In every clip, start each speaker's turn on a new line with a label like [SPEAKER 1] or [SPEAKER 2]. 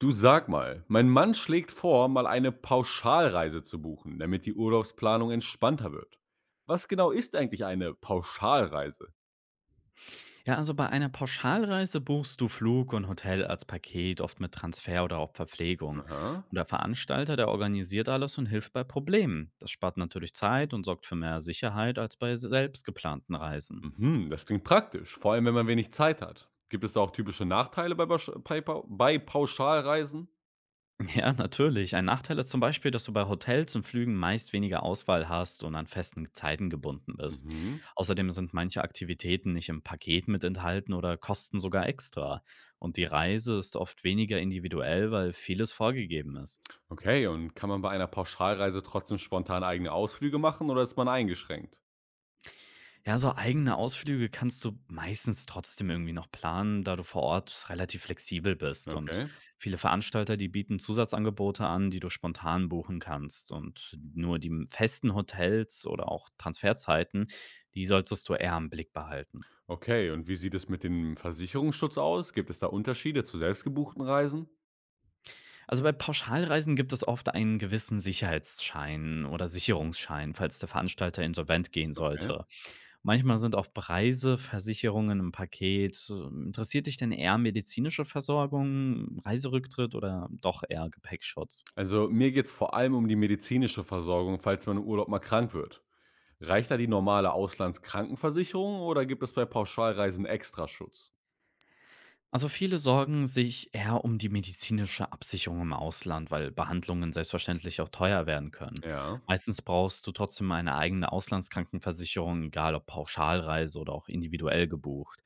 [SPEAKER 1] Du, sag mal, mein Mann schlägt vor, mal eine Pauschalreise zu buchen, damit die Urlaubsplanung entspannter wird. Was genau ist eigentlich eine Pauschalreise?
[SPEAKER 2] Ja, also bei einer Pauschalreise buchst du Flug und Hotel als Paket, oft mit Transfer oder auch Verpflegung.
[SPEAKER 1] Aha.
[SPEAKER 2] Und der Veranstalter, der organisiert alles und hilft bei Problemen. Das spart natürlich Zeit und sorgt für mehr Sicherheit als bei selbst geplanten Reisen.
[SPEAKER 1] Mhm, das klingt praktisch, vor allem wenn man wenig Zeit hat. Gibt es da auch typische Nachteile bei Pauschalreisen?
[SPEAKER 2] Ja, natürlich. Ein Nachteil ist zum Beispiel, dass du bei Hotels und Flügen meist weniger Auswahl hast und an festen Zeiten gebunden bist.
[SPEAKER 1] Mhm.
[SPEAKER 2] Außerdem sind manche Aktivitäten nicht im Paket mit enthalten oder kosten sogar extra. Und die Reise ist oft weniger individuell, weil vieles vorgegeben ist.
[SPEAKER 1] Okay, und kann man bei einer Pauschalreise trotzdem spontan eigene Ausflüge machen oder ist man eingeschränkt?
[SPEAKER 2] Ja, so eigene Ausflüge kannst du meistens trotzdem irgendwie noch planen, da du vor Ort relativ flexibel bist. Und
[SPEAKER 1] Okay.
[SPEAKER 2] viele Veranstalter, die bieten Zusatzangebote an, die du spontan buchen kannst. Und nur die festen Hotels oder auch Transferzeiten, die solltest du eher im Blick behalten.
[SPEAKER 1] Okay, und wie sieht es mit dem Versicherungsschutz aus? Gibt es da Unterschiede zu selbstgebuchten Reisen?
[SPEAKER 2] Also bei Pauschalreisen gibt es oft einen gewissen Sicherheitsschein oder Sicherungsschein, falls der Veranstalter insolvent gehen
[SPEAKER 1] Okay.
[SPEAKER 2] sollte. Manchmal sind auch Preise, Versicherungen im Paket. Interessiert dich denn eher medizinische Versorgung, Reiserücktritt oder doch eher Gepäckschutz?
[SPEAKER 1] Also mir geht's vor allem um die medizinische Versorgung, falls man im Urlaub mal krank wird. Reicht da die normale Auslandskrankenversicherung oder gibt es bei Pauschalreisen Extraschutz?
[SPEAKER 2] Also viele sorgen sich eher um die medizinische Absicherung im Ausland, weil Behandlungen selbstverständlich auch teuer werden können.
[SPEAKER 1] Ja,
[SPEAKER 2] Meistens brauchst du trotzdem eine eigene Auslandskrankenversicherung, egal ob Pauschalreise oder auch individuell gebucht.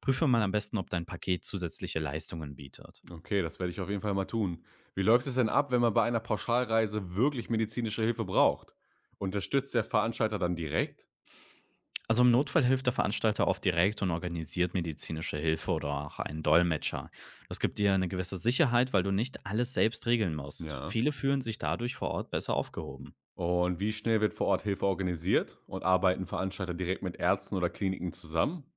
[SPEAKER 2] Prüfe mal am besten, ob dein Paket zusätzliche Leistungen bietet.
[SPEAKER 1] okay, das werde ich auf jeden Fall mal tun. Wie läuft es denn ab, wenn man bei einer Pauschalreise wirklich medizinische Hilfe braucht? Unterstützt der Veranstalter dann direkt?
[SPEAKER 2] Also im Notfall hilft der Veranstalter oft direkt und organisiert medizinische Hilfe oder auch einen Dolmetscher. Das gibt dir eine gewisse Sicherheit, weil du nicht alles selbst regeln musst.
[SPEAKER 1] Ja.
[SPEAKER 2] Viele fühlen sich dadurch vor Ort besser aufgehoben.
[SPEAKER 1] Und wie schnell wird vor Ort Hilfe organisiert? Und arbeiten Veranstalter direkt mit Ärzten oder Kliniken zusammen?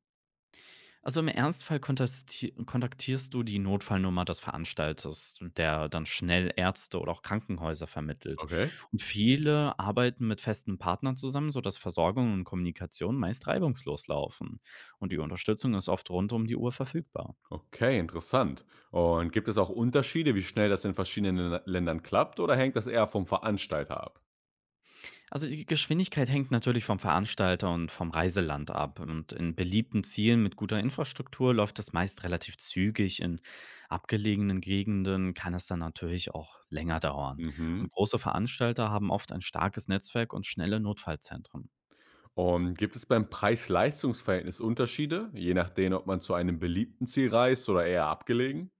[SPEAKER 2] Also im Ernstfall kontaktierst du die Notfallnummer des Veranstalters, der dann schnell Ärzte oder auch Krankenhäuser vermittelt.
[SPEAKER 1] Okay.
[SPEAKER 2] Und viele arbeiten mit festen Partnern zusammen, sodass Versorgung und Kommunikation meist reibungslos laufen. Und die Unterstützung ist oft rund um die Uhr verfügbar.
[SPEAKER 1] Okay, interessant. Und gibt es auch Unterschiede, wie schnell das in Ländern klappt oder hängt das eher vom Veranstalter ab?
[SPEAKER 2] Also die Geschwindigkeit hängt natürlich vom Veranstalter und vom Reiseland ab. Und in beliebten Zielen mit guter Infrastruktur läuft das meist relativ zügig. In abgelegenen Gegenden kann es dann natürlich auch länger dauern.
[SPEAKER 1] Mhm.
[SPEAKER 2] Und große Veranstalter haben oft ein starkes Netzwerk und schnelle Notfallzentren.
[SPEAKER 1] Und gibt es beim Preis-Leistungs-Verhältnis Unterschiede, je nachdem, ob man zu einem beliebten Ziel reist oder eher abgelegen?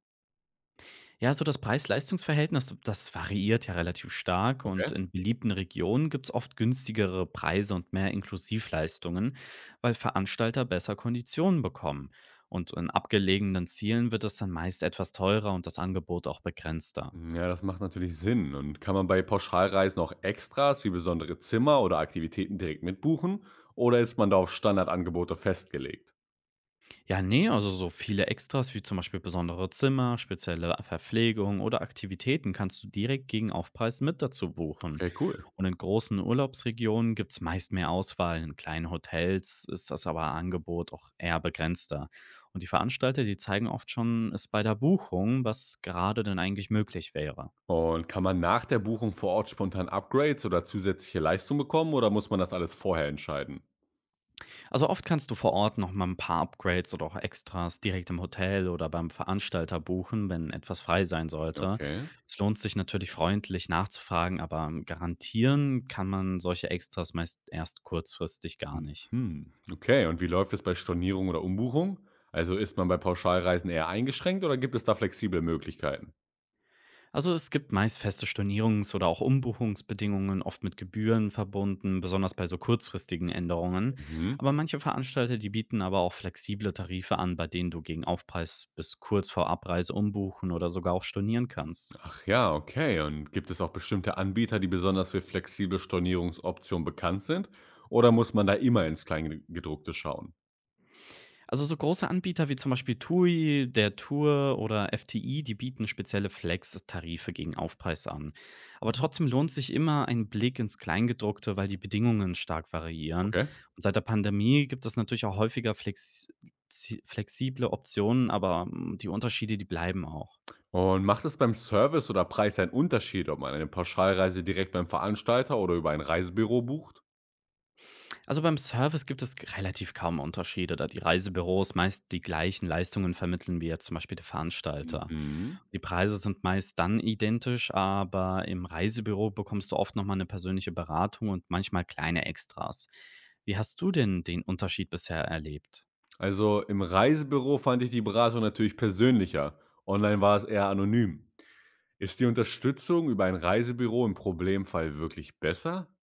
[SPEAKER 2] Ja, so das Preis-Leistungs-Verhältnis, das variiert ja relativ stark und
[SPEAKER 1] Okay.
[SPEAKER 2] in beliebten Regionen gibt's oft günstigere Preise und mehr Inklusivleistungen, weil Veranstalter besser Konditionen bekommen. Und in abgelegenen Zielen wird es dann meist etwas teurer und das Angebot auch begrenzter.
[SPEAKER 1] Ja, das macht natürlich Sinn. Und kann man bei Pauschalreisen auch Extras wie besondere Zimmer oder Aktivitäten direkt mitbuchen oder ist man da auf Standardangebote festgelegt?
[SPEAKER 2] Ja, ne, also so viele Extras wie zum Beispiel besondere Zimmer, spezielle Verpflegung oder Aktivitäten kannst du direkt gegen Aufpreis mit dazu buchen.
[SPEAKER 1] Okay, cool.
[SPEAKER 2] Und in großen Urlaubsregionen gibt es meist mehr Auswahl. In kleinen Hotels ist das aber Angebot auch eher begrenzter. Und die Veranstalter, die zeigen oft schon es bei der Buchung, was gerade denn eigentlich möglich wäre.
[SPEAKER 1] Und kann man nach der Buchung vor Ort spontan Upgrades oder zusätzliche Leistung bekommen oder muss man das alles vorher entscheiden?
[SPEAKER 2] Also oft kannst du vor Ort noch mal ein paar Upgrades oder auch Extras direkt im Hotel oder beim Veranstalter buchen, wenn etwas frei sein sollte.
[SPEAKER 1] Okay.
[SPEAKER 2] Es lohnt sich natürlich, freundlich nachzufragen, aber garantieren kann man solche Extras meist erst kurzfristig gar nicht.
[SPEAKER 1] Mhm. Okay, und wie läuft es bei Stornierung oder Umbuchung? Also ist man bei Pauschalreisen eher eingeschränkt oder gibt es da flexible Möglichkeiten?
[SPEAKER 2] Also, es gibt meist feste Stornierungs oder auch Umbuchungsbedingungen, oft mit Gebühren verbunden, besonders bei so kurzfristigen Änderungen.
[SPEAKER 1] Mhm.
[SPEAKER 2] Aber manche Veranstalter, die bieten aber auch flexible Tarife an, bei denen du gegen Aufpreis bis kurz vor Abreise umbuchen oder sogar auch stornieren kannst.
[SPEAKER 1] Ach ja, okay. Und gibt es auch bestimmte Anbieter, die besonders für flexible Stornierungsoptionen bekannt sind? Oder muss man da immer ins Kleingedruckte schauen?
[SPEAKER 2] Also so große Anbieter wie zum Beispiel TUI, der Tour oder FTI, die bieten spezielle Flex-Tarife gegen Aufpreis an. Aber trotzdem lohnt sich immer ein Blick ins Kleingedruckte, weil die Bedingungen stark variieren.
[SPEAKER 1] Okay.
[SPEAKER 2] Und seit der Pandemie gibt es natürlich auch häufiger flexible Optionen, die Unterschiede, die bleiben auch.
[SPEAKER 1] Und macht es beim Service oder Preis einen Unterschied, ob man eine Pauschalreise direkt beim Veranstalter oder über ein Reisebüro bucht?
[SPEAKER 2] Also beim Service gibt es relativ kaum Unterschiede, da die Reisebüros meist die gleichen Leistungen vermitteln wie jetzt zum Beispiel der Veranstalter.
[SPEAKER 1] Mhm.
[SPEAKER 2] Die Preise sind meist dann identisch, aber im Reisebüro bekommst du oft nochmal eine persönliche Beratung und manchmal kleine Extras. Wie hast du denn den Unterschied bisher erlebt?
[SPEAKER 1] Also im Reisebüro fand ich die Beratung natürlich persönlicher. Online war es eher anonym. Ist die Unterstützung über ein Reisebüro im Problemfall wirklich besser?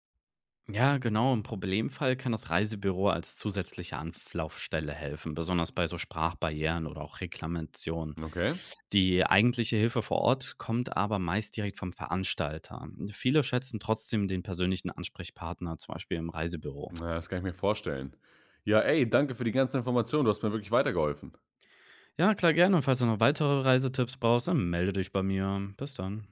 [SPEAKER 2] Ja, genau. Im Problemfall kann das Reisebüro als zusätzliche Anlaufstelle helfen, besonders bei so Sprachbarrieren oder auch Reklamationen.
[SPEAKER 1] Okay,
[SPEAKER 2] Die eigentliche Hilfe vor Ort kommt aber meist direkt vom Veranstalter. Viele schätzen trotzdem den persönlichen Ansprechpartner, zum Beispiel im Reisebüro.
[SPEAKER 1] na, das kann ich mir vorstellen. Ja, ey, danke für die ganze Information. Du hast mir wirklich weitergeholfen.
[SPEAKER 2] Ja, klar gerne. Und falls du noch weitere Reisetipps brauchst, dann melde dich bei mir. Bis dann.